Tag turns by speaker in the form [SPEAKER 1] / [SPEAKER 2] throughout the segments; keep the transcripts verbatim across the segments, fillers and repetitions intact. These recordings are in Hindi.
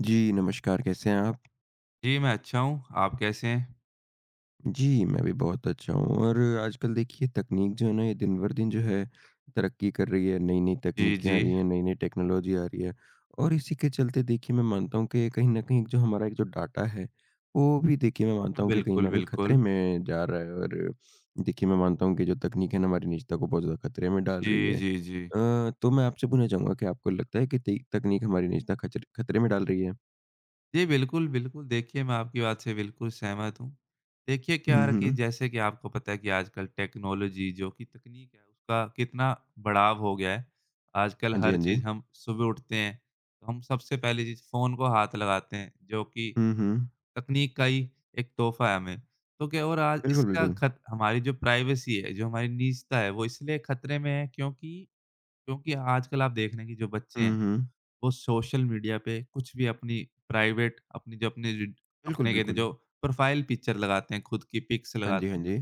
[SPEAKER 1] जी, नमस्कार कैसे हैं आप?
[SPEAKER 2] जी, मैं अच्छा हूँ। आप कैसे हैं?
[SPEAKER 1] जी, मैं भी बहुत अच्छा हूँ और आजकल देखिए तकनीक जो है ना ये दिन भर दिन जो है तरक्की कर रही है, नई-नई
[SPEAKER 2] जी,
[SPEAKER 1] तकनीकें आ
[SPEAKER 2] जी।
[SPEAKER 1] रही हैं, नई-नई टेक्नोलॉजी आ रही है। और इसी के चलते देखिए मैं मानता हूँ कि कहीं न कहीं जो हमारा एक जो डाटा है, वो भी देखिए मैं मानता हूँ कि कहीं
[SPEAKER 2] बिल्कुल,
[SPEAKER 1] न कहीं खतरे
[SPEAKER 2] बिल्कुल।
[SPEAKER 1] में जा रहा है और देखिए मैं मानता हूँ कि जो तकनीक है ना हमारी निजता को बहुत ज़्यादा खतरे में डाल रही
[SPEAKER 2] जी,
[SPEAKER 1] है।
[SPEAKER 2] जी, जी।
[SPEAKER 1] अ, तो मैं आपसे पूछना चाहूँगा कि आपको लगता है कि तई तकनीक हमारी निजता खचर खतरे में डाल रही है?
[SPEAKER 2] जी, बिल्कुल, बिल्कुल। देखिए, मैं आपकी बात से बिल्कुल सहमत हूँ। देखिए, क्या
[SPEAKER 1] हुँ,
[SPEAKER 2] है कि
[SPEAKER 1] हुँ।
[SPEAKER 2] जैसे कि आपको पता है कि आजकल टेक्नोलॉजी जो कि तकनीक है, उसका कितना बढ़ाव हो गया है। आजकल
[SPEAKER 1] हाँ जी,
[SPEAKER 2] हर
[SPEAKER 1] हाँ जी।
[SPEAKER 2] चीज़ हम सुबह उठते हैं, तो हम सबसे पहली चीज़ फ़ोन को हाथ लगाते हैं, जो कि
[SPEAKER 1] हुँ, हुँ।
[SPEAKER 2] तकनीक का ही एक तोहफ़ा है हमें। तो क्या और आज
[SPEAKER 1] बिल्कुल,
[SPEAKER 2] इसका
[SPEAKER 1] बिल्कुल।
[SPEAKER 2] खत हमारी जो प्राइवेसी है, जो हमारी निजता है, वो इसलिए खतरे में है क्योंकि क्योंकि आजकल आप देख रहे हैं कि जो बच्चे
[SPEAKER 1] हुँ,
[SPEAKER 2] हैं,
[SPEAKER 1] हुँ।
[SPEAKER 2] वो सोशल मीडिया पे कुछ भी अपनी प्राइवेट अपनी जो अपनी ज
[SPEAKER 1] बिल्कुल,
[SPEAKER 2] अपने कहते हैं
[SPEAKER 1] बिल्कुल।
[SPEAKER 2] जो प्रोफ़ाइल पिक्चर लगाते हैं, खुद की पिक्स
[SPEAKER 1] हाँ जी, हाँ
[SPEAKER 2] लगाते हैं,
[SPEAKER 1] जी।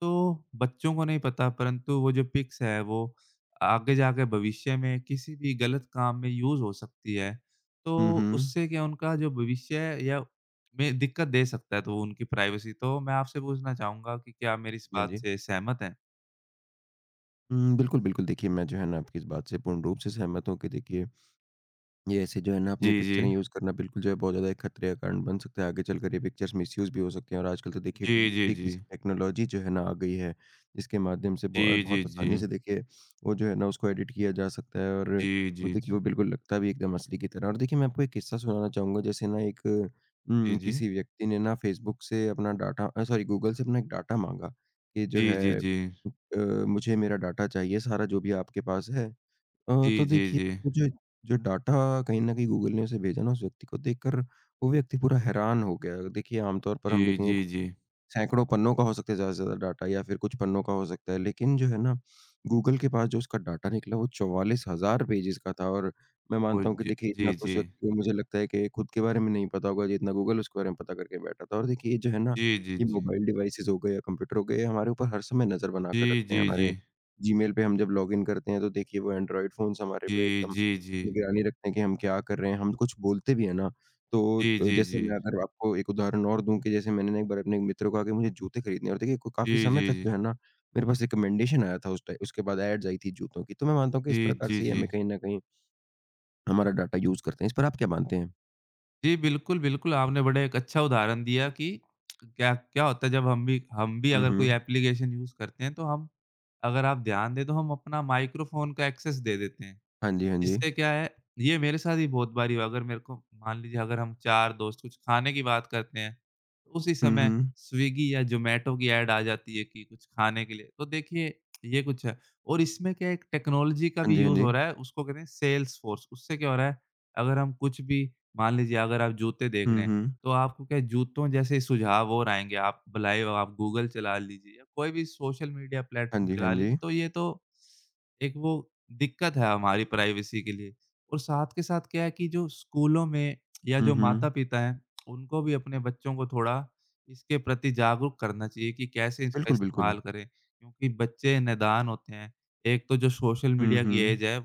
[SPEAKER 2] तो बच्चों को नहीं पता परंतु वो जो पिक्स है वो आगे जाके भविष्य में किसी भी गलत काम में यूज़ हो सकती है।
[SPEAKER 1] हुँ,
[SPEAKER 2] तो
[SPEAKER 1] हुँ।
[SPEAKER 2] उससे क्या उनका जो भविष्य है या में दिक्कत दे सकता है तो उनकी प्राइवेसी। तो मैं आपसे पूछना चाहूँगा कि क्या आप मेरी इस
[SPEAKER 1] जी, हाँ
[SPEAKER 2] बात
[SPEAKER 1] जी।
[SPEAKER 2] से सहमत हैं?
[SPEAKER 1] हुँ, बिल्कुल, बिल्कुल। देखिए मैं जो है ना आपकी इस बात से पूर्ण रूप से सहमत हूँ कि देखिए ये ऐसे जो है ना
[SPEAKER 2] जी,
[SPEAKER 1] अपनी
[SPEAKER 2] जी।
[SPEAKER 1] पिक्चरें यूज़ करना बिल्कुल जो है बहुत ज़्यादा एक खतरे का कारण बन सकता है। आगे चलकर ये पिक्चर्स मिसयूज़ भी हो सकते हैं और आजकल तो देखिए
[SPEAKER 2] जी, जी,
[SPEAKER 1] डीपफेक
[SPEAKER 2] जी।
[SPEAKER 1] जैसी टेक्नोलॉजी जो है ना आ गई है। जिसके माध्यम से बहु
[SPEAKER 2] जी, जी,
[SPEAKER 1] बहुत
[SPEAKER 2] जी।
[SPEAKER 1] आसानी से देखिए वो जो है ना उसको एडिट किया जा सकता है और
[SPEAKER 2] जी,
[SPEAKER 1] वो
[SPEAKER 2] जी,
[SPEAKER 1] देखिए
[SPEAKER 2] जी।
[SPEAKER 1] वो बिल्कुल लगता भी एकदम असली की तरह है। और देखिए मैं आपको एक किस्सा सुनाना चाहूँगा जैसे ना एक
[SPEAKER 2] जी,
[SPEAKER 1] उम,
[SPEAKER 2] जी।
[SPEAKER 1] किसी व्यक्ति ने ना फेसबुक से अपना डाटा अ, सॉरी, गूगल से अपना एक डाटा माँगा कि जो
[SPEAKER 2] जी, जी,
[SPEAKER 1] है अ,
[SPEAKER 2] जी।
[SPEAKER 1] मुझे मेरा डाटा चाहिए सारा जो भी आपके पास है। अ,
[SPEAKER 2] जी,
[SPEAKER 1] तो
[SPEAKER 2] जी,
[SPEAKER 1] देखिए,
[SPEAKER 2] जी।
[SPEAKER 1] मुझे जो हुँ। डाटा कहीं न कहीं गूगल ने उसे भेजा ना उस व्यक्ति को देखकर, वो व्यक्ति पूरा हैरान हो गया। देखिए आम तौर पर
[SPEAKER 2] जी,
[SPEAKER 1] हम देखेंगे
[SPEAKER 2] जी, जी।
[SPEAKER 1] सैकड़ों पन्नों का हो सकता है ज़्यादा से ज़्यादा डाटा या फिर कुछ पन्नों का हो सकता है। लेकिन जो है ना, गूगल के पास जो उसका डाटा निकला वो चौवालीस हज़ार पेजेज़ का था और मैं
[SPEAKER 2] वो
[SPEAKER 1] मानता हूँ कि
[SPEAKER 2] ज
[SPEAKER 1] देखिए
[SPEAKER 2] जी,
[SPEAKER 1] इतना तो उस
[SPEAKER 2] जी।
[SPEAKER 1] व्यक्ति को मुझे लगता है कि खुद के बारे में नहीं पता होगा जितना गूगल उसके बारे में पता करके बैठा था। और देखिए ये जो है ना,
[SPEAKER 2] जी, जी,
[SPEAKER 1] ये
[SPEAKER 2] जी।
[SPEAKER 1] मोबाइल डिवाइसेज़ हो गए या कंप्यूटर हो गए, ये हमारे ऊपर हर समय नज़र बनाकर रखते हैं। हमारे जीमेल पे हम जब लॉगिन करते हैं तो देखिए वो एंड्रॉइड फ़ोन्स हमारे पे
[SPEAKER 2] जी,
[SPEAKER 1] एकदम
[SPEAKER 2] जी, जी।
[SPEAKER 1] निगरानी रखते हैं कि हम क्या कर रहे हैं। हम कुछ बोलते भी हैं ना तो
[SPEAKER 2] जी,
[SPEAKER 1] अ,
[SPEAKER 2] जी,
[SPEAKER 1] जैसे
[SPEAKER 2] जी।
[SPEAKER 1] मैं अगर आपको एक उदाहरण और दूँ कि जैसे मैंने ना एक बार अपने एक मित्र को कहा कि मुझे जूते खरीदने हैं और देखिए को
[SPEAKER 2] जी,
[SPEAKER 1] काफ़ी
[SPEAKER 2] जी,
[SPEAKER 1] समय
[SPEAKER 2] जी। जी,
[SPEAKER 1] तक
[SPEAKER 2] जी,
[SPEAKER 1] जो
[SPEAKER 2] जी।
[SPEAKER 1] है ना, मेरे पास रिकमेंडेशन आया था उस टाइ उसके बाद एड्स आई थी जूतों की। तो मैं मानता हूँ कि इस
[SPEAKER 2] जी,
[SPEAKER 1] प्रकार
[SPEAKER 2] जी,
[SPEAKER 1] से ही
[SPEAKER 2] जी।
[SPEAKER 1] हमें कहीं न कहीं हमारा डाटा यूज़ करते हैं। इस पर आप क्या मानते हैं?
[SPEAKER 2] जी, बिल्कुल, बिल्कुल, आपने बड़ा एक अच्छा उदाहरण दिया कि क्या क्या होता है जब हम भी हम भी
[SPEAKER 1] हुँ,
[SPEAKER 2] अगर कोई
[SPEAKER 1] हुँ।
[SPEAKER 2] एप्लीकेशन यूज़ करते हैं तो हम अगर आप ध्यान दें तो हम अपना माइक्रोफ़ोन का एक्सेस दे देते हैं।
[SPEAKER 1] हाँ जी, हाँ जी।
[SPEAKER 2] इससे क्या है, ये मेरे साथ ही बहुत बारी हुआ। अगर मेरे को मान लीजिए अगर हम चार दोस्त कुछ खाने की बात करते हैं, तो उसी
[SPEAKER 1] हुँ,
[SPEAKER 2] समय
[SPEAKER 1] हुँ।
[SPEAKER 2] स्विगी या ज़ोमैटो की ऐड आ जाती है कि कुछ खाने के लिए। तो देखिए ये कुछ है और इसमें क्या एक टेक्नोलॉजी का
[SPEAKER 1] हाँ
[SPEAKER 2] भी
[SPEAKER 1] जी, हाँ
[SPEAKER 2] यूज़
[SPEAKER 1] जी।
[SPEAKER 2] हो रहा है, उसको कहते हैं सेल्सफोर्स। उससे क्या हो रहा है, अगर हम कुछ भी मान लीजिए अगर आप जूते देख
[SPEAKER 1] हुँ,
[SPEAKER 2] रहे हैं,
[SPEAKER 1] हुँ।
[SPEAKER 2] तो आपको क्या है, जूतों जैसे सुझाव और आएँगे। आप भलाई आप गूगल चला लीजिए या कोई भी सोशल मीडिया
[SPEAKER 1] हाँ
[SPEAKER 2] प्लेटफ़ॉर्म
[SPEAKER 1] जी, हाँ
[SPEAKER 2] चला लीजिए,
[SPEAKER 1] जी।
[SPEAKER 2] तो ये तो एक वो दिक्कत है हमारी प्राइवेसी के लिए और साथ के साथ क्या है कि जो स्कूलों में या
[SPEAKER 1] हुँ,
[SPEAKER 2] जो
[SPEAKER 1] हुँ।
[SPEAKER 2] माता-पिता हैं, उनको भी अपने बच्चों को थोड़ा इसके प्रति जागरूक करना चाहिए कि कैसे इसका
[SPEAKER 1] बिल्कुल, बिल्कुल।
[SPEAKER 2] इस्तेमाल करें। क्योंकि बच्चे नादान होते हैं। एक तो जो सोशल
[SPEAKER 1] हुँ,
[SPEAKER 2] मीडिया की ऐज
[SPEAKER 1] हुँ।
[SPEAKER 2] है,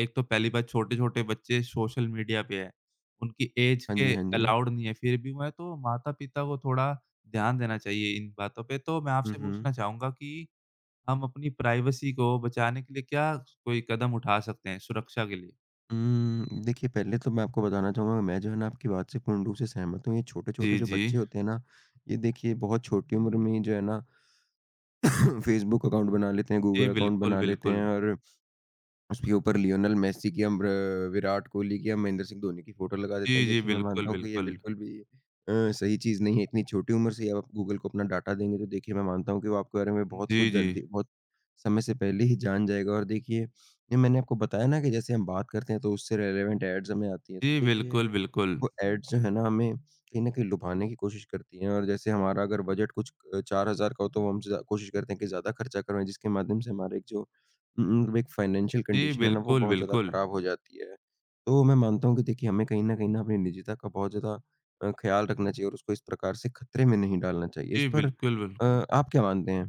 [SPEAKER 2] एक तो पहली बात छोटे-छोटे बच्चे सोशल मीडिया पे हैं। उनकी ऐज
[SPEAKER 1] हाँ
[SPEAKER 2] के
[SPEAKER 1] जी, हाँ जी।
[SPEAKER 2] अलाउड नहीं है, फिर भी मैं तो माता-पिता को थोड़ा ध्यान देना चाहिए इन बातों पे। तो मैं
[SPEAKER 1] हुँ,
[SPEAKER 2] आपसे
[SPEAKER 1] हुँ।
[SPEAKER 2] पूछना चाहूँगा कि हम अपनी प्राइवेसी को बचाने के लिए क्या कोई कदम उठा सकते हैं सुरक्षा के लिए?
[SPEAKER 1] उम्म, देखिए पहले तो मैं आपको बताना चाहूँगा मैं जो है ना आपकी बात से पूर्ण रूप से सहमत हूँ। ये छोटे-छोटे
[SPEAKER 2] जी,
[SPEAKER 1] जो
[SPEAKER 2] जी।
[SPEAKER 1] बच्चे होते हैं ना, ये देखिए बहुत छोटी उम्र में ही जो है ना फ़ेसबुक अकाउंट बना लेते हैं,
[SPEAKER 2] जी,
[SPEAKER 1] गूगल अकाउंट
[SPEAKER 2] बिल्कुल,
[SPEAKER 1] बना लेते हैं
[SPEAKER 2] बिल्कुल।
[SPEAKER 1] और उसके ऊपर लियोनेल मेसी की हम र विराट कोहली की या महेंद्र सिंह धोनी की फ़ोटो लगा
[SPEAKER 2] जी,
[SPEAKER 1] देते हैं।
[SPEAKER 2] जी,
[SPEAKER 1] देखिए, मैं
[SPEAKER 2] बिल्कुल,
[SPEAKER 1] मानता हूँ कि ये
[SPEAKER 2] बिल्कुल।
[SPEAKER 1] बिल्कुल भी अ, सही चीज़ नहीं है। इतनी छोटी उम्र से ही आप गूगल को अपना डाटा देंगे, तो देखिए मैं मानता हूँ कि वो आपके बारे में बहुत कुछ
[SPEAKER 2] जी, जी।
[SPEAKER 1] जल्दी बहुत समय से पहले ही जान जाएगा और देखिए, ये मैंने आपको बताया ना कि जैसे हम बात करते हैं, तो उससे रिलेवेंट एड्स हमें आती हैं। तो
[SPEAKER 2] जी,
[SPEAKER 1] देखिए
[SPEAKER 2] बिल्कुल, बिल्कुल।
[SPEAKER 1] वो एड्स जो है ना हमें कहीं न कहीं लुभाने की कोशिश करती हैं और जैसे हमारा अगर बजट कुछ अ, चार हज़ार का हो तो वो हमसे ज़्या कोशिश करते हैं कि ज़्यादा खर्चा करवाएँ जिसके माध्यम से हमारा एक जो उम, उम, एक फाइनेंशियल
[SPEAKER 2] जी,
[SPEAKER 1] कंडीशन है ना वो
[SPEAKER 2] बिल्कुल,
[SPEAKER 1] बहुत ज़्यादा
[SPEAKER 2] बिल्कुल।
[SPEAKER 1] खराब हो जाती है। तो मैं मानता हूँ कि देखिए हमें कहीं न कहीं ना अपनी निजता का बहुत ज़्यादा अ, ख़्याल रखना चाहिए और उसको इस प्रकार से खतरे में नहीं डालना चाहिए। इस
[SPEAKER 2] जी,
[SPEAKER 1] पर
[SPEAKER 2] बिल्कुल,
[SPEAKER 1] अ,
[SPEAKER 2] बिल्कुल।
[SPEAKER 1] आप क्या मानते हैं?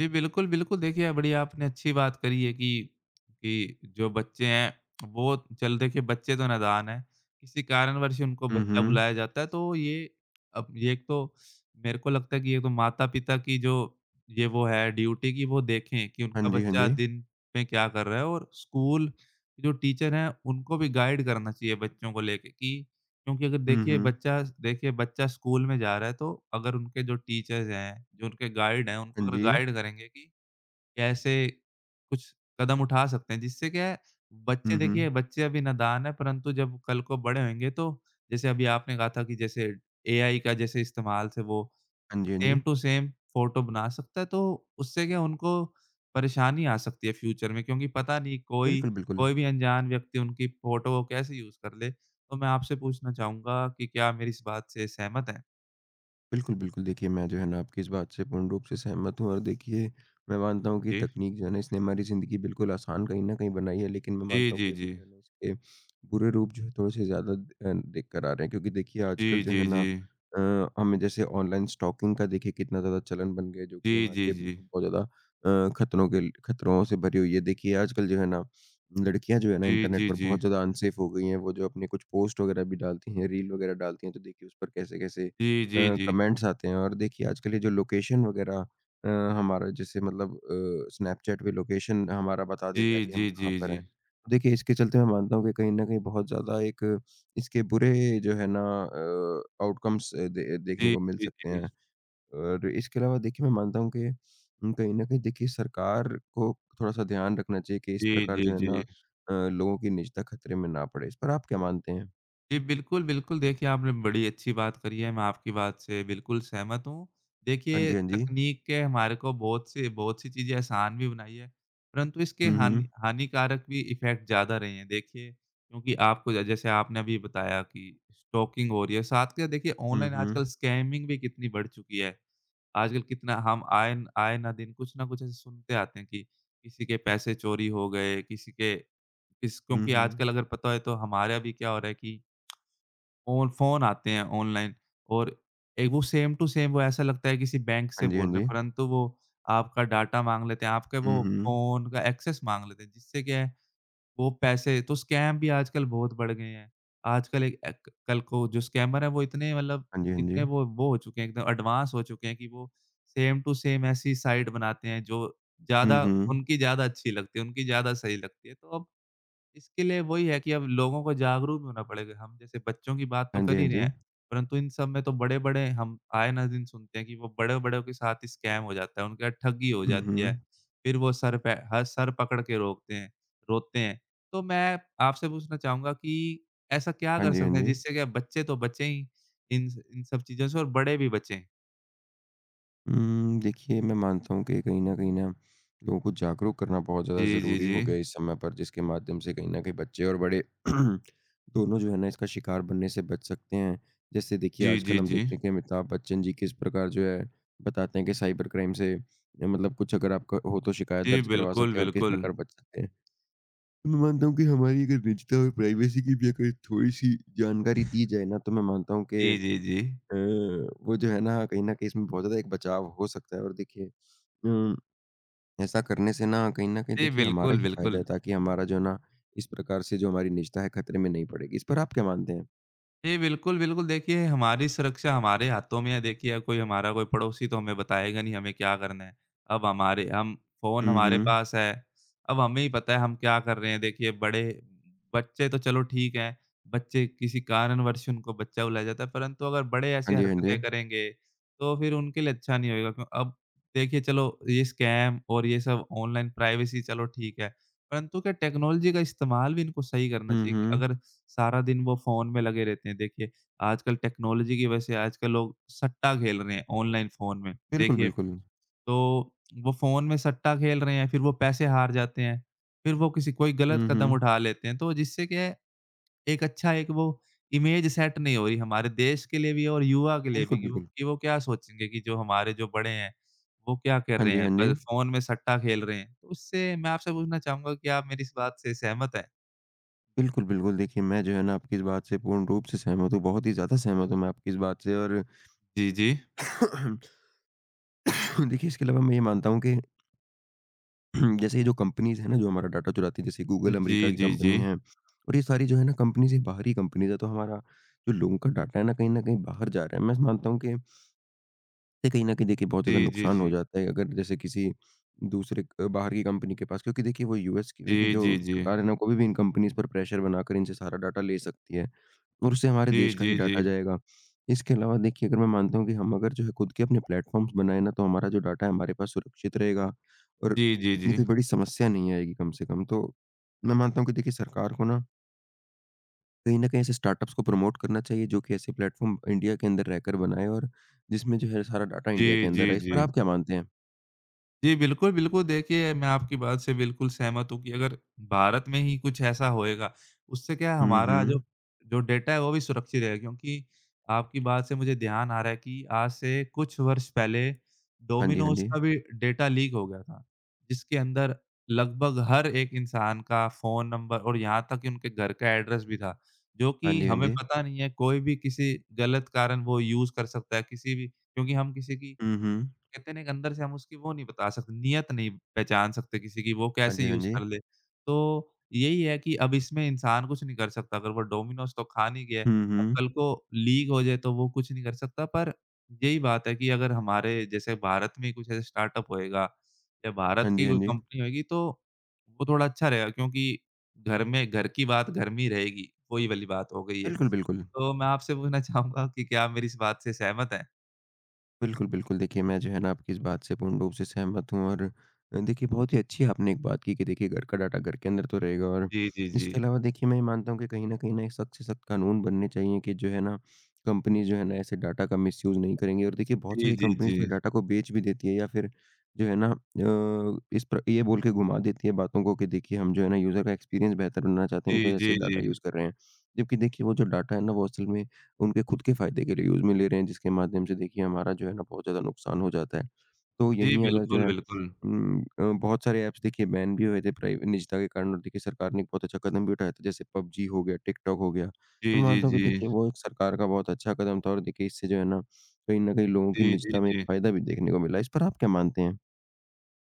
[SPEAKER 2] जी, बिल्कुल, बिल्कुल। देखिए, बड़ी आपने अच्छी बात करी है कि कि जो बच्चे हैं, वो चल देखिए बच्चे तो नादान हैं। किसी कारणवश उनको
[SPEAKER 1] हुँ,
[SPEAKER 2] बच्चा
[SPEAKER 1] हुँ।
[SPEAKER 2] बुलाया जाता है, तो ये अब ये एक तो मेरे को लगता है कि ये तो माता-पिता की जो ये वो है ड्यूटी कि वो देखें कि उनका
[SPEAKER 1] हाँ जी, हाँ
[SPEAKER 2] बच्चा
[SPEAKER 1] जी।
[SPEAKER 2] दिन में क्या कर रहा है और स्कूल जो टीचर हैं, उनको भी गाइड करना चाहिए बच्चों को लेके कि क्योंकि अगर
[SPEAKER 1] हुँ,
[SPEAKER 2] देखिए
[SPEAKER 1] हुँ।
[SPEAKER 2] बच्चा देखिए बच्चा स्कूल में जा रहा है तो अगर उनके जो टीचर्स हैं, जो उनके गाइड हैं, उनको
[SPEAKER 1] हाँ
[SPEAKER 2] अगर
[SPEAKER 1] जी।
[SPEAKER 2] गाइड करेंगे कि कैसे कुछ कदम उठा सकते हैं, जिससे क्या है बच्चे
[SPEAKER 1] हुँ,
[SPEAKER 2] देखिए
[SPEAKER 1] हुँ।
[SPEAKER 2] बच्चे अभी नादान हैं परंतु जब कल को बड़े होंगे तो जैसे अभी आपने कहा था कि जैसे एआई का जैसे इस्तेमाल से वो
[SPEAKER 1] हाँ जी, हाँ जी।
[SPEAKER 2] सेम टू सेम फ़ोटो बना सकता है, तो उससे क्या उनको परेशानी आ सकती है फ्यूचर में क्योंकि पता नहीं कोई
[SPEAKER 1] बिल्कुल, बिल्कुल।
[SPEAKER 2] कोई भी अनजान व्यक्ति उनकी फ़ोटो को कैसे यूज़ कर ले। तो मैं आपसे पूछना चाहूँगा कि क्या आप मेरी इस बात से सहमत हैं?
[SPEAKER 1] बिल्कुल, बिल्कुल। देखिए, मैं जो है ना आपकी इस बात से पूर्ण रूप से सहमत हूँ और देखिए, मैं मानता हूँ कि
[SPEAKER 2] जी।
[SPEAKER 1] तकनीक जो है ना इसने हमारी ज़िंदगी बिल्कुल आसान कहीं न कहीं बनाई है, लेकिन मैं
[SPEAKER 2] जी,
[SPEAKER 1] मानता हूँ कि
[SPEAKER 2] जी,
[SPEAKER 1] अभी
[SPEAKER 2] जी।
[SPEAKER 1] जो है ना इसके बुरे रूप जो है थोड़े-से ज़्यादा अ, देख कर आ रहे हैं। क्योंकि देखिए आजकल
[SPEAKER 2] जी,
[SPEAKER 1] जो
[SPEAKER 2] जी,
[SPEAKER 1] है ना
[SPEAKER 2] जी।
[SPEAKER 1] अ, हमें जैसे ऑनलाइन स्टॉकिंग का देखिए कितना ज़्यादा चलन बन गया है, जो
[SPEAKER 2] जी,
[SPEAKER 1] कि हमारे
[SPEAKER 2] जी,
[SPEAKER 1] लिए
[SPEAKER 2] जी।
[SPEAKER 1] बिल्कुल बहुत ज़्यादा अ, खतरों के खतरों से भरी हुई है। देखिए, आजकल जो है ना लड़कियाँ जो है ना
[SPEAKER 2] जी,
[SPEAKER 1] इंटरनेट
[SPEAKER 2] जी,
[SPEAKER 1] पर
[SPEAKER 2] जी।
[SPEAKER 1] बहुत ज़्यादा अनसेफ हो गई हैं। वो जो अपने कुछ पोस्ट वगैरह भी डालती हैं, रील वगैरह डालती हैं, तो देखिए उस पर कैसे-कैसे
[SPEAKER 2] जी,
[SPEAKER 1] अ,
[SPEAKER 2] जी, जी।
[SPEAKER 1] कमेंट्स आते हैं और देखिए आजकल ये जो लोकेशन वगैरह अ, हमारा जैसे मतलब अ, स्नैपचैट पे लोकेशन हमारा बता
[SPEAKER 2] जी,
[SPEAKER 1] देता है कि हम
[SPEAKER 2] जी, जी,
[SPEAKER 1] कहाँ पर
[SPEAKER 2] जी।
[SPEAKER 1] हैं। तो देखिए इसके चलते मैं मानता हूँ कि कहीं न कहीं बहुत ज़्यादा एक इसके बुरे जो है ना अ, आउटकम्स अ, दे देखने
[SPEAKER 2] जी,
[SPEAKER 1] को मिल
[SPEAKER 2] जी,
[SPEAKER 1] सकते हैं।
[SPEAKER 2] जी।
[SPEAKER 1] और इसके अलावा देखिए मैं मानता हूँ कि उम, कहीं न कहीं देखिए सरकार को थोड़ा-सा ध्यान रखना चाहिए कि इस
[SPEAKER 2] जी,
[SPEAKER 1] प्रकार
[SPEAKER 2] जी,
[SPEAKER 1] जो है ना
[SPEAKER 2] जी।
[SPEAKER 1] अ, लोगों की निजता खतरे में ना पड़े। इस पर आप क्या मानते हैं?
[SPEAKER 2] जी, बिल्कुल, बिल्कुल। देखिए, आपने बड़ी अच्छी बात करी है, मैं आपकी बात से बिल्कुल सहमत हूँ।
[SPEAKER 1] हाँ
[SPEAKER 2] देखिए,
[SPEAKER 1] जी, हाँ जी।
[SPEAKER 2] तकनीक के हमारे को बहुत से बहुत सी चीज़ें आसान भी बनाई है, परंतु इसके
[SPEAKER 1] हुँ,
[SPEAKER 2] हानि
[SPEAKER 1] हुँ।
[SPEAKER 2] हानिकारक भी इफ़ेक्ट ज़्यादा रहे हैं। देखिए, क्योंकि आपको ज जैसे आपने अभी बताया कि स्टॉकिंग हो रही है, साथ के देखिए
[SPEAKER 1] हुँ,
[SPEAKER 2] ऑनलाइन
[SPEAKER 1] हुँ।
[SPEAKER 2] आजकल स्कैमिंग भी कितनी बढ़ चुकी है। आजकल कितना हम आए न आए ना दिन कुछ ना कुछ ऐसे सुनते आते हैं कि किसी के पैसे चोरी हो गए, किसी के किस
[SPEAKER 1] हुँ,
[SPEAKER 2] क्योंकि
[SPEAKER 1] हुँ।
[SPEAKER 2] आजकल अगर पता है तो हमारा भी क्या हो रहा है कि फ़ोन फ़ोन आते हैं ऑनलाइन और एक वो सेम टू सेम वो ऐसा लगता है किसी बैंक से
[SPEAKER 1] हाँ जी, हाँ
[SPEAKER 2] बोल रहे हैं,
[SPEAKER 1] जी।
[SPEAKER 2] परंतु वो आपका डाटा माँग लेते हैं, आपके
[SPEAKER 1] हुँ,
[SPEAKER 2] वो
[SPEAKER 1] हुँ।
[SPEAKER 2] फ़ोन का एक्सेस माँग लेते हैं, जिससे क्या है वो पैसे तो स्कैम भी आजकल बहुत बढ़ गए हैं। आजकल एक एक कल को जो स्कैमर हैं वो इतने मतलब
[SPEAKER 1] हाँ जी, हाँ जी।
[SPEAKER 2] इतने वो वो हो चुके हैं एकदम एडवांस हो चुके हैं कि वो सेम टू सेम ऐसी साइट बनाते हैं जो
[SPEAKER 1] हुँ,
[SPEAKER 2] ज़्यादा
[SPEAKER 1] हुँ।
[SPEAKER 2] उनकी ज़्यादा अच्छी लगती है, उनकी ज़्यादा सही लगती है। तो अब इसके लिए वही है कि अब लोगों को जागरूक भी होना पड़ेगा। हम जैसे बच्चों की बात तो
[SPEAKER 1] हाँ जी,
[SPEAKER 2] कर
[SPEAKER 1] हाँ
[SPEAKER 2] ही रहे
[SPEAKER 1] जी।
[SPEAKER 2] हैं, परंतु इन सब में तो बड़े-बड़े हम आए ना दिन सुनते हैं कि वो बड़े-बड़ों के साथ ही स्कैम हो जाता है, उनके साथ ठगी हो
[SPEAKER 1] हुँ,
[SPEAKER 2] जाती है।
[SPEAKER 1] हुँ।
[SPEAKER 2] फिर वो सर पे ह सर पकड़ के रोकते हैं रोते हैं। तो मैं आपसे पूछना चाहूँगा कि ऐसा क्या
[SPEAKER 1] हाँ
[SPEAKER 2] कर
[SPEAKER 1] जी,
[SPEAKER 2] सकते
[SPEAKER 1] हाँ
[SPEAKER 2] हैं
[SPEAKER 1] जी।
[SPEAKER 2] जिससे क्या बच्चे तो बचें ही इन स इन सब चीज़ों से और बड़े भी बचें?
[SPEAKER 1] उम, देखिए मैं मानता हूँ कि कहीं न कहीं ना लोगों को जागरूक करना बहुत
[SPEAKER 2] जी,
[SPEAKER 1] ज़्यादा
[SPEAKER 2] जी,
[SPEAKER 1] ज़रूरी
[SPEAKER 2] जी।
[SPEAKER 1] हो गया है इस समय पर जिसके माध्यम से कहीं न कहीं बच्चे और बड़े दोनों जो है ना इसका शिकार बनने से बच सकते हैं। जैसे देखिए
[SPEAKER 2] जी, जी,
[SPEAKER 1] आजकल हम
[SPEAKER 2] जी।
[SPEAKER 1] देखते हैं कि अमिताभ बच्चन जी किस प्रकार जो है बताते हैं कि साइबर क्राइम से मतलब कुछ अगर आपका हो तो शिकायत
[SPEAKER 2] जी,
[SPEAKER 1] दर्ज करवा
[SPEAKER 2] बिल्कुल,
[SPEAKER 1] सकते हैं और किस
[SPEAKER 2] बिल्कुल।
[SPEAKER 1] प्रकार बच सकते हैं। मैं मानता हूँ कि हमारी अगर निजता और प्राइवेसी की भी अगर थोड़ी-सी जानकारी दी जाए ना, तो मैं मानता हूँ कि
[SPEAKER 2] जी,
[SPEAKER 1] अ,
[SPEAKER 2] जी, जी।
[SPEAKER 1] वो जो है ना, कहीं न कहीं इसमें बहुत ज़्यादा एक बचाव हो सकता है और देखिए उम, ऐसा करने से ना कहीं न कहीं
[SPEAKER 2] जी,
[SPEAKER 1] देखिए हमारा
[SPEAKER 2] बिल्कुल,
[SPEAKER 1] ही फ़ायदा
[SPEAKER 2] बिल्कुल।
[SPEAKER 1] है ताकि हमारा जो है ना, इस प्रकार से जो हमारी निजता है खतरे में नहीं पड़ेगी। इस पर आप क्या मानते हैं?
[SPEAKER 2] जी, बिल्कुल, बिल्कुल। देखिए, हमारी सुरक्षा हमारे हाथों में है। देखिए, अब कोई हमारा कोई पड़ोसी तो हमें बताएगा नहीं हमें क्या करना है। अब हमारे हम फ़ोन
[SPEAKER 1] हुँ,
[SPEAKER 2] हमारे
[SPEAKER 1] हुँ।
[SPEAKER 2] पास है, अब हमें ही पता है हम क्या कर रहे हैं। देखिए, बड़े बच्चे तो चलो ठीक है, बच्चे किसी कारणवश उनको बच्चा बुलाया जाता है, परंतु अगर बड़े ऐसी
[SPEAKER 1] हाँ जी, हाँ जी।
[SPEAKER 2] हरकतें करेंगे, तो फिर उनके लिए अच्छा नहीं होगा क्यों अब देखिए, चलो ये स्कैम और ये सब ऑनलाइन प्राइवेसी चलो ठीक है, परंतु क्या टेक्नोलॉजी का इस्तेमाल भी इनको सही करना
[SPEAKER 1] हुँ,
[SPEAKER 2] चाहिए।
[SPEAKER 1] हुँ।
[SPEAKER 2] अगर सारा दिन वो फ़ोन में लगे रहते हैं। देखिए, आजकल टेक्नोलॉजी की वजह से आजकल लोग सट्टा खेल रहे हैं ऑनलाइन फ़ोन में।
[SPEAKER 1] बिल्कुल,
[SPEAKER 2] देखिए,
[SPEAKER 1] बिल्कुल।
[SPEAKER 2] तो वो फ़ोन में सट्टा खेल रहे हैं, फिर वो पैसे हार जाते हैं, फिर वो किसी कोई गलत
[SPEAKER 1] हुँ,
[SPEAKER 2] कदम
[SPEAKER 1] हुँ।
[SPEAKER 2] उठा लेते हैं। तो जिससे क्या है, एक अच्छा एक वो इमेज सेट नहीं हो रही हमारे देश के लिए भी और युवा के लिए भी
[SPEAKER 1] बिल्कुल,
[SPEAKER 2] कि वो
[SPEAKER 1] बिल्कुल।
[SPEAKER 2] कि वो क्या सोचेंगे कि जो हमारे जो बड़े हैं, वो क्या कर
[SPEAKER 1] हाँ
[SPEAKER 2] रहे
[SPEAKER 1] जी,
[SPEAKER 2] हैं,
[SPEAKER 1] हाँ जी।
[SPEAKER 2] बस फ़ोन में सट्टा खेल रहे हैं। तो उससे मैं आपसे पूछना चाहूँगा कि आप मेरी इस बात से सहमत हैं?
[SPEAKER 1] बिल्कुल, बिल्कुल। देखिए मैं जो है ना आपकी इस बात से पूर्ण रूप से सहमत हूँ, बहुत ही ज़्यादा सहमत हूँ मैं आपकी इस बात से और
[SPEAKER 2] जी, जी।
[SPEAKER 1] देखिए इसके अलावा मैं ये मानता हूँ कि जैसे ये जो कंपनीज़ हैं ना जो हमारा डाटा चुराती हैं जैसे गूगल
[SPEAKER 2] जी,
[SPEAKER 1] अमेरिका की
[SPEAKER 2] जी, जी।
[SPEAKER 1] कंपनी है और ये सारी जो है ना कंपनीज़ ये बाहरी कंपनीज़ है तो हमारा जो लोगों का डाटा है ना कहीं न कहीं बाहर जा रहा है। मैं मानता हूँ कि ये कहीं न कहीं देखिए बहुत ज़्यादा
[SPEAKER 2] जी, जी,
[SPEAKER 1] नुकसान हो
[SPEAKER 2] जी।
[SPEAKER 1] जाता है अगर जैसे किसी दूसरे अ, बाहर की कंपनी के पास क्योंकि देखिए वो यूएस की भी की
[SPEAKER 2] जी,
[SPEAKER 1] जो
[SPEAKER 2] जी, जी।
[SPEAKER 1] सरकार है ना, कभी भी इन कंपनीज़ पर प्रेशर बनाकर इनसे सारा डाटा ले सकती है और उससे हमारे
[SPEAKER 2] जी,
[SPEAKER 1] देश का ही
[SPEAKER 2] जी, जी।
[SPEAKER 1] डाटा जाएगा। इसके अलावा देखिए अगर मैं मानता हूँ कि हम अगर जो है खुद के अपने प्लेटफ़ॉर्म्स बनाएँ ना, तो हमारा जो डाटा है हमारे पास सुरक्षित रहेगा और
[SPEAKER 2] जी, जी,
[SPEAKER 1] इतनी
[SPEAKER 2] जी।
[SPEAKER 1] कोई बड़ी समस्या नहीं आएगी कम से कम। तो मैं मानता हूँ कि देखिए सरकार को ना कहीं न कहीं ऐसे स्टार्टअप्स को प्रमोट करना चाहिए जो कि ऐसे प्लेटफ़ॉर्म इंडिया के अंदर रहकर बनाएँ और जिसमें जो है सारा डाटा
[SPEAKER 2] जी,
[SPEAKER 1] इंडिया के
[SPEAKER 2] जी,
[SPEAKER 1] अंदर है। इस
[SPEAKER 2] जी।
[SPEAKER 1] पर आप क्या मानते हैं?
[SPEAKER 2] जी, बिल्कुल, बिल्कुल। देखिए, मैं आपकी बात से बिल्कुल सहमत हूँ कि अगर भारत में ही कुछ ऐसा होएगा, उससे क्या है
[SPEAKER 1] हुँ,
[SPEAKER 2] हमारा
[SPEAKER 1] हुँ।
[SPEAKER 2] जो जो डेटा है वो भी सुरक्षित रहेगा क्योंकि आपकी बात से मुझे ध्यान आ रहा है कि आज से कुछ वर्ष पहले
[SPEAKER 1] हाँ जी, हाँ
[SPEAKER 2] डोमिनोज़
[SPEAKER 1] जी।
[SPEAKER 2] का भी डेटा लीक हो गया था, जिसके अंदर लगभग हर एक इंसान का फ़ोन नंबर और यहाँ तक कि उनके घर का एड्रेस भी था, जो
[SPEAKER 1] हाँ
[SPEAKER 2] कि
[SPEAKER 1] जी, हाँ
[SPEAKER 2] हमें
[SPEAKER 1] जी।
[SPEAKER 2] पता नहीं है कोई भी किसी गलत कारण वो यूज़ कर सकता है किसी भी क्योंकि हम किसी की
[SPEAKER 1] हुँ, हुँ।
[SPEAKER 2] कहते हैं ना एक अंदर से हम उसकी वो नहीं बता सकते, नियत नहीं पहचान सकते किसी की, वो
[SPEAKER 1] हाँ
[SPEAKER 2] कैसे
[SPEAKER 1] जी, हाँ
[SPEAKER 2] यूज़
[SPEAKER 1] जी।
[SPEAKER 2] कर ले। तो यही है कि अब इसमें इंसान कुछ नहीं कर सकता, अगर वो डोमिनोज़ तो खा नहीं गया,
[SPEAKER 1] हुँ,
[SPEAKER 2] अब
[SPEAKER 1] हुँ।
[SPEAKER 2] कल को लीक हो जाए तो वो कुछ नहीं कर सकता। पर यही बात है कि अगर हमारे जैसे भारत में कुछ ऐसे स्टार्टअप होएगा या भारत
[SPEAKER 1] हाँ
[SPEAKER 2] की
[SPEAKER 1] जी, हाँ
[SPEAKER 2] कोई
[SPEAKER 1] जी।
[SPEAKER 2] कंपनी होएगी तो वो थोड़ा अच्छा रहेगा क्योंकि घर में घर की बात घर में ही रहेगी, वही वाली बात हो गई है।
[SPEAKER 1] बिल्कुल, बिल्कुल।
[SPEAKER 2] तो मैं आपसे पूछना चाहूँगा कि क्या आप मेरी इस बात से सहमत हैं?
[SPEAKER 1] बिल्कुल, बिल्कुल। देखिए, मैं जो है ना आपकी इस बात से पूर्ण रूप से सहमत हूँ और अ, देखिए बहुत ही अच्छी आपने एक बात की कि देखिए घर का डाटा घर के अंदर तो रहेगा और
[SPEAKER 2] जी, जी, जी।
[SPEAKER 1] इसके अलावा देखिए मैं ये मानता हूँ कि कहीं न कहीं ना एक सख्त से सख्त कानून बनने चाहिए कि जो है ना कंपनी जो है ना ऐसे डाटा का मिसयूज़ नहीं करेंगी और देखिए बहुत
[SPEAKER 2] जी,
[SPEAKER 1] सारी
[SPEAKER 2] जी, जी।
[SPEAKER 1] कंपनीज़ तो डाटा को बेच भी देती है या फिर जो है ना अ, इस प्र ये बोल के घुमा देती है बातों को कि देखिए हम जो है ना यूज़र का एक्सपीरियंस बेहतर बनाना चाहते हैं
[SPEAKER 2] जी,
[SPEAKER 1] इस वज़ह
[SPEAKER 2] जी,
[SPEAKER 1] से
[SPEAKER 2] जी।
[SPEAKER 1] डाटा यूज़ कर रहे हैं। जबकि देखिए वो जो डाटा है ना वो असल में उनके खुद के फ़ायदे के लिए यूज़ में ले रहे हैं, जिसके माध्यम से देखिए हमारा जो है ना बहुत ज़्यादा नुकसान हो जाता है। तो
[SPEAKER 2] जी,
[SPEAKER 1] यहीं अगर जो
[SPEAKER 2] बिल्कुल,
[SPEAKER 1] है
[SPEAKER 2] बिल्कुल।
[SPEAKER 1] उम, अ, बहुत सारे ऐप्स देखिए बैन भी हुए थे प्राइ निजता के कारण और देखिए सरकार ने एक बहुत अच्छा कदम भी उठाया था, जैसे पबजी हो गया, टिकटॉक हो गया। तो
[SPEAKER 2] जी,
[SPEAKER 1] मैं
[SPEAKER 2] जी,
[SPEAKER 1] मानता हूँ
[SPEAKER 2] जी।
[SPEAKER 1] कि देखिए वो एक सरकार का बहुत अच्छा कदम था और देखिए इससे जो है ना, कहीं न कहीं लोगों की
[SPEAKER 2] जी, जी,
[SPEAKER 1] निजता में एक
[SPEAKER 2] जी।
[SPEAKER 1] फ़ायदा भी देखने को मिला। इस पर आप क्या मानते हैं?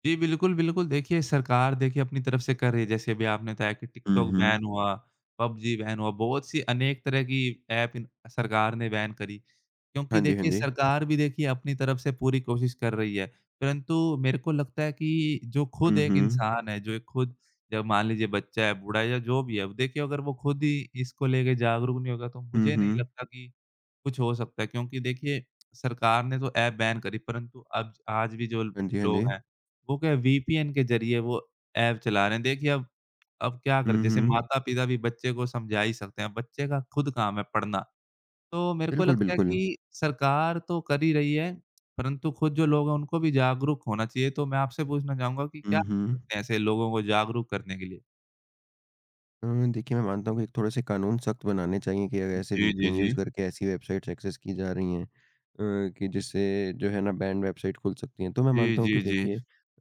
[SPEAKER 2] जी, बिल्कुल, बिल्कुल। देखिए, सरकार देखिए अपनी तरफ से कर रही है। जैसे अभी आपने बताया कि
[SPEAKER 1] हुँ,
[SPEAKER 2] टिकटॉक
[SPEAKER 1] हुँ।
[SPEAKER 2] बैन हुआ, पबजी बैन हुआ, बहुत सी अनेक तरह की ऐप इन सरकार ने बैन करी।
[SPEAKER 1] हाँ
[SPEAKER 2] क्योंकि
[SPEAKER 1] जी, हाँ
[SPEAKER 2] देखिए
[SPEAKER 1] जी।
[SPEAKER 2] सरकार भी देखिए अपनी तरफ से पूरी कोशिश कर रही है। परंतु मेरे को लगता है कि जो खुद
[SPEAKER 1] हुँ,
[SPEAKER 2] एक
[SPEAKER 1] हुँ।
[SPEAKER 2] इंसान है, जो एक खुद जब मान लीजिए बच्चा है, बूढ़ा है या जो भी है, अब देखिए अगर वो खुद ही इसको लेके जागरूक नहीं होगा, तो
[SPEAKER 1] हुँ,
[SPEAKER 2] मुझे नहीं
[SPEAKER 1] हुँ।
[SPEAKER 2] लगता कि कुछ हो सकता है क्योंकि देखिए सरकार ने तो ऐप बैन करी परंतु अब आज भी जो
[SPEAKER 1] हाँ जी, हाँ जी।
[SPEAKER 2] लोग हैं, वो क्या है वीपीएन के ज़रिए वो ऐप चला रहे हैं। देखिए अब अब क्या करें
[SPEAKER 1] हुँ,
[SPEAKER 2] जैसे
[SPEAKER 1] हुँ।
[SPEAKER 2] माता-पिता भी बच्चे को समझा ही सकते हैं, बच्चे का खुद काम है पढ़ना। तो मेरे को
[SPEAKER 1] बिल्कुल,
[SPEAKER 2] लगता है
[SPEAKER 1] बिल्कुल।
[SPEAKER 2] कि सरकार तो कर ही रही है, परंतु खुद जो लोग हैं उनको भी जागरूक होना चाहिए। तो मैं आपसे पूछना चाहूँगा कि क्या
[SPEAKER 1] हुँ,
[SPEAKER 2] कर
[SPEAKER 1] हुँ।
[SPEAKER 2] सकते हैं ऐसे लोगों को जागरूक करने के लिए?
[SPEAKER 1] अ, देखिए, मैं मानता हूँ कि एक थोड़े-से कानून सख्त बनाने चाहिए कि अगर ऐसे
[SPEAKER 2] जी, जी,
[SPEAKER 1] वीपीएन यूज़
[SPEAKER 2] जी।
[SPEAKER 1] करके ऐसी वेबसाइट्स एक्सेस की जा रही हैं अ, कि जिससे जो है ना बैन्ड वेबसाइट खुल सकती हैं। तो मैं
[SPEAKER 2] जी,
[SPEAKER 1] मानता हूँ
[SPEAKER 2] जी,
[SPEAKER 1] कि
[SPEAKER 2] जी।
[SPEAKER 1] देखिए,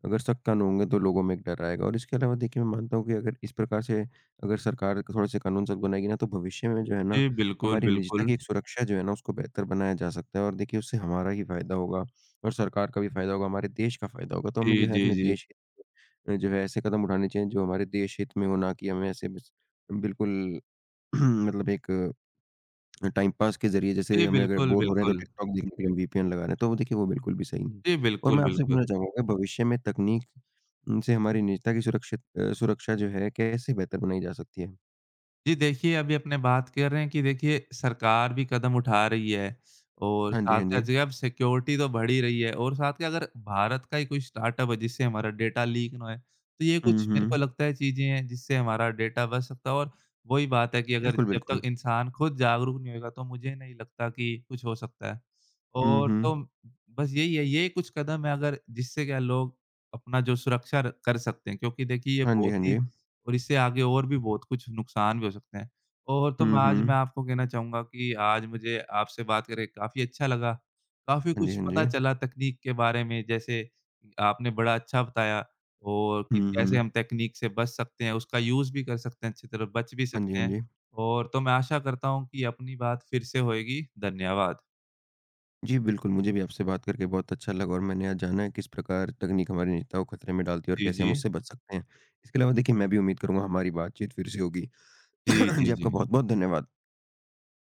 [SPEAKER 1] अगर सख्त कानून होंगे तो लोगों में एक डर आएगा और इसके अलावा देखिए मैं मानता हूँ कि अगर इस प्रकार से अगर सरकार थोड़े-से कानून सख्त बनाएगी ना तो भविष्य में जो है ना,
[SPEAKER 2] जी, बिल्कुल,
[SPEAKER 1] हमारी निजता
[SPEAKER 2] बिल्कुल।
[SPEAKER 1] की एक सुरक्षा जो है ना उसको बेहतर बनाया जा सकता है और देखिए उससे हमारा ही फ़ायदा होगा और सरकार का भी फ़ायदा होगा, हमारे देश का फ़ायदा होगा। तो हमें
[SPEAKER 2] जी,
[SPEAKER 1] जो है
[SPEAKER 2] जी,
[SPEAKER 1] अपने
[SPEAKER 2] जी।
[SPEAKER 1] देश अ, जो है ऐसे कदम उठाने चाहिए जो हमारे देश हित में हो, ना कि हमें ऐसे बस बिल्कुल मतलब एक अ, टाइम पास के ज़रिए
[SPEAKER 2] जी,
[SPEAKER 1] जैसे हमें अगर
[SPEAKER 2] बिल्कुल,
[SPEAKER 1] बोर हो रहे हैं तो
[SPEAKER 2] बिल्कुल।
[SPEAKER 1] टिकटॉक देखने के लिए हम वीपीएन लगा रहे हैं, तो वो देखिए वो बिल्कुल भी सही नहीं है।
[SPEAKER 2] जी,
[SPEAKER 1] और
[SPEAKER 2] बिल्कुल,
[SPEAKER 1] मैं आपसे
[SPEAKER 2] बिल्कुल।
[SPEAKER 1] पूछना चाहूँगा भविष्य में तकनीक उम, से हमारी निजता की सुरक्षित अ, सुरक्षा जो है कैसे बेहतर बनाई जा सकती है?
[SPEAKER 2] जी, देखिए अभी अपने बात कर रहे हैं कि देखिए सरकार भी कदम उठा रही है और
[SPEAKER 1] हाँ जी,
[SPEAKER 2] साथ
[SPEAKER 1] हाँ
[SPEAKER 2] का
[SPEAKER 1] जी।
[SPEAKER 2] जी अब सिक्योरिटी तो बढ़ ही रही है और साथ के अगर भारत का ही कोई स्टार्टअप है जिससे हमारा डेटा लीक ना होए, तो ये
[SPEAKER 1] हुँ,
[SPEAKER 2] कुछ मेरे को
[SPEAKER 1] हुँ।
[SPEAKER 2] लगता है चीज़ें हैं जिससे हमारा डेटा बच सकता है और वही बात है कि अगर
[SPEAKER 1] बिल्कुल,
[SPEAKER 2] जब तक
[SPEAKER 1] बिल्कुल।
[SPEAKER 2] इंसान खुद जागरूक नहीं होगा तो मुझे नहीं लगता कि कुछ हो सकता है।
[SPEAKER 1] हुँ,
[SPEAKER 2] और
[SPEAKER 1] हुँ।
[SPEAKER 2] तो बस यही है, ये कुछ कदम है अगर जिससे क्या लोग अपना जो सुरक्षा र कर सकते हैं क्योंकि देखिए ये
[SPEAKER 1] हाँ जी,
[SPEAKER 2] बहुत
[SPEAKER 1] हाँ
[SPEAKER 2] ही
[SPEAKER 1] जी।
[SPEAKER 2] और इससे आगे और भी बहुत कुछ नुकसान भी हो सकते हैं। और तो मैं
[SPEAKER 1] हुँ,
[SPEAKER 2] आज मैं
[SPEAKER 1] हुँ।
[SPEAKER 2] आपको कहना चाहूँगा कि आज मुझे आपसे बात करके काफ़ी अच्छा लगा। काफ़ी
[SPEAKER 1] हाँ
[SPEAKER 2] कुछ
[SPEAKER 1] जी, हाँ
[SPEAKER 2] पता
[SPEAKER 1] जी।
[SPEAKER 2] चला तकनीक के बारे में जैसे आपने बड़ा अच्छा बताया और कि
[SPEAKER 1] हुँ,
[SPEAKER 2] कैसे हम
[SPEAKER 1] हुँ।
[SPEAKER 2] तकनीक से बच सकते हैं, उसका यूज़ भी कर सकते हैं अच्छी तरह, बच भी
[SPEAKER 1] हाँ जी,
[SPEAKER 2] सकते
[SPEAKER 1] हाँ
[SPEAKER 2] हैं।
[SPEAKER 1] जी।
[SPEAKER 2] और तो मैं आशा करता हूँ कि अपनी बात फिर से होएगी। धन्यवाद।
[SPEAKER 1] जी, बिल्कुल, मुझे भी आपसे बात करके बहुत अच्छा लगा और मैंने आज जाना है किस प्रकार तकनीक हमारी निजता को खतरे में डालती है और
[SPEAKER 2] जी,
[SPEAKER 1] कैसे
[SPEAKER 2] जी।
[SPEAKER 1] हम उससे बच सकते हैं। इसके अलावा देखिए मैं भी उम्मीद करूँगा हमारी बातचीत फिर से होगी।
[SPEAKER 2] जी, जी,
[SPEAKER 1] जी, आपका
[SPEAKER 2] जी।
[SPEAKER 1] बहुत-बहुत धन्यवाद।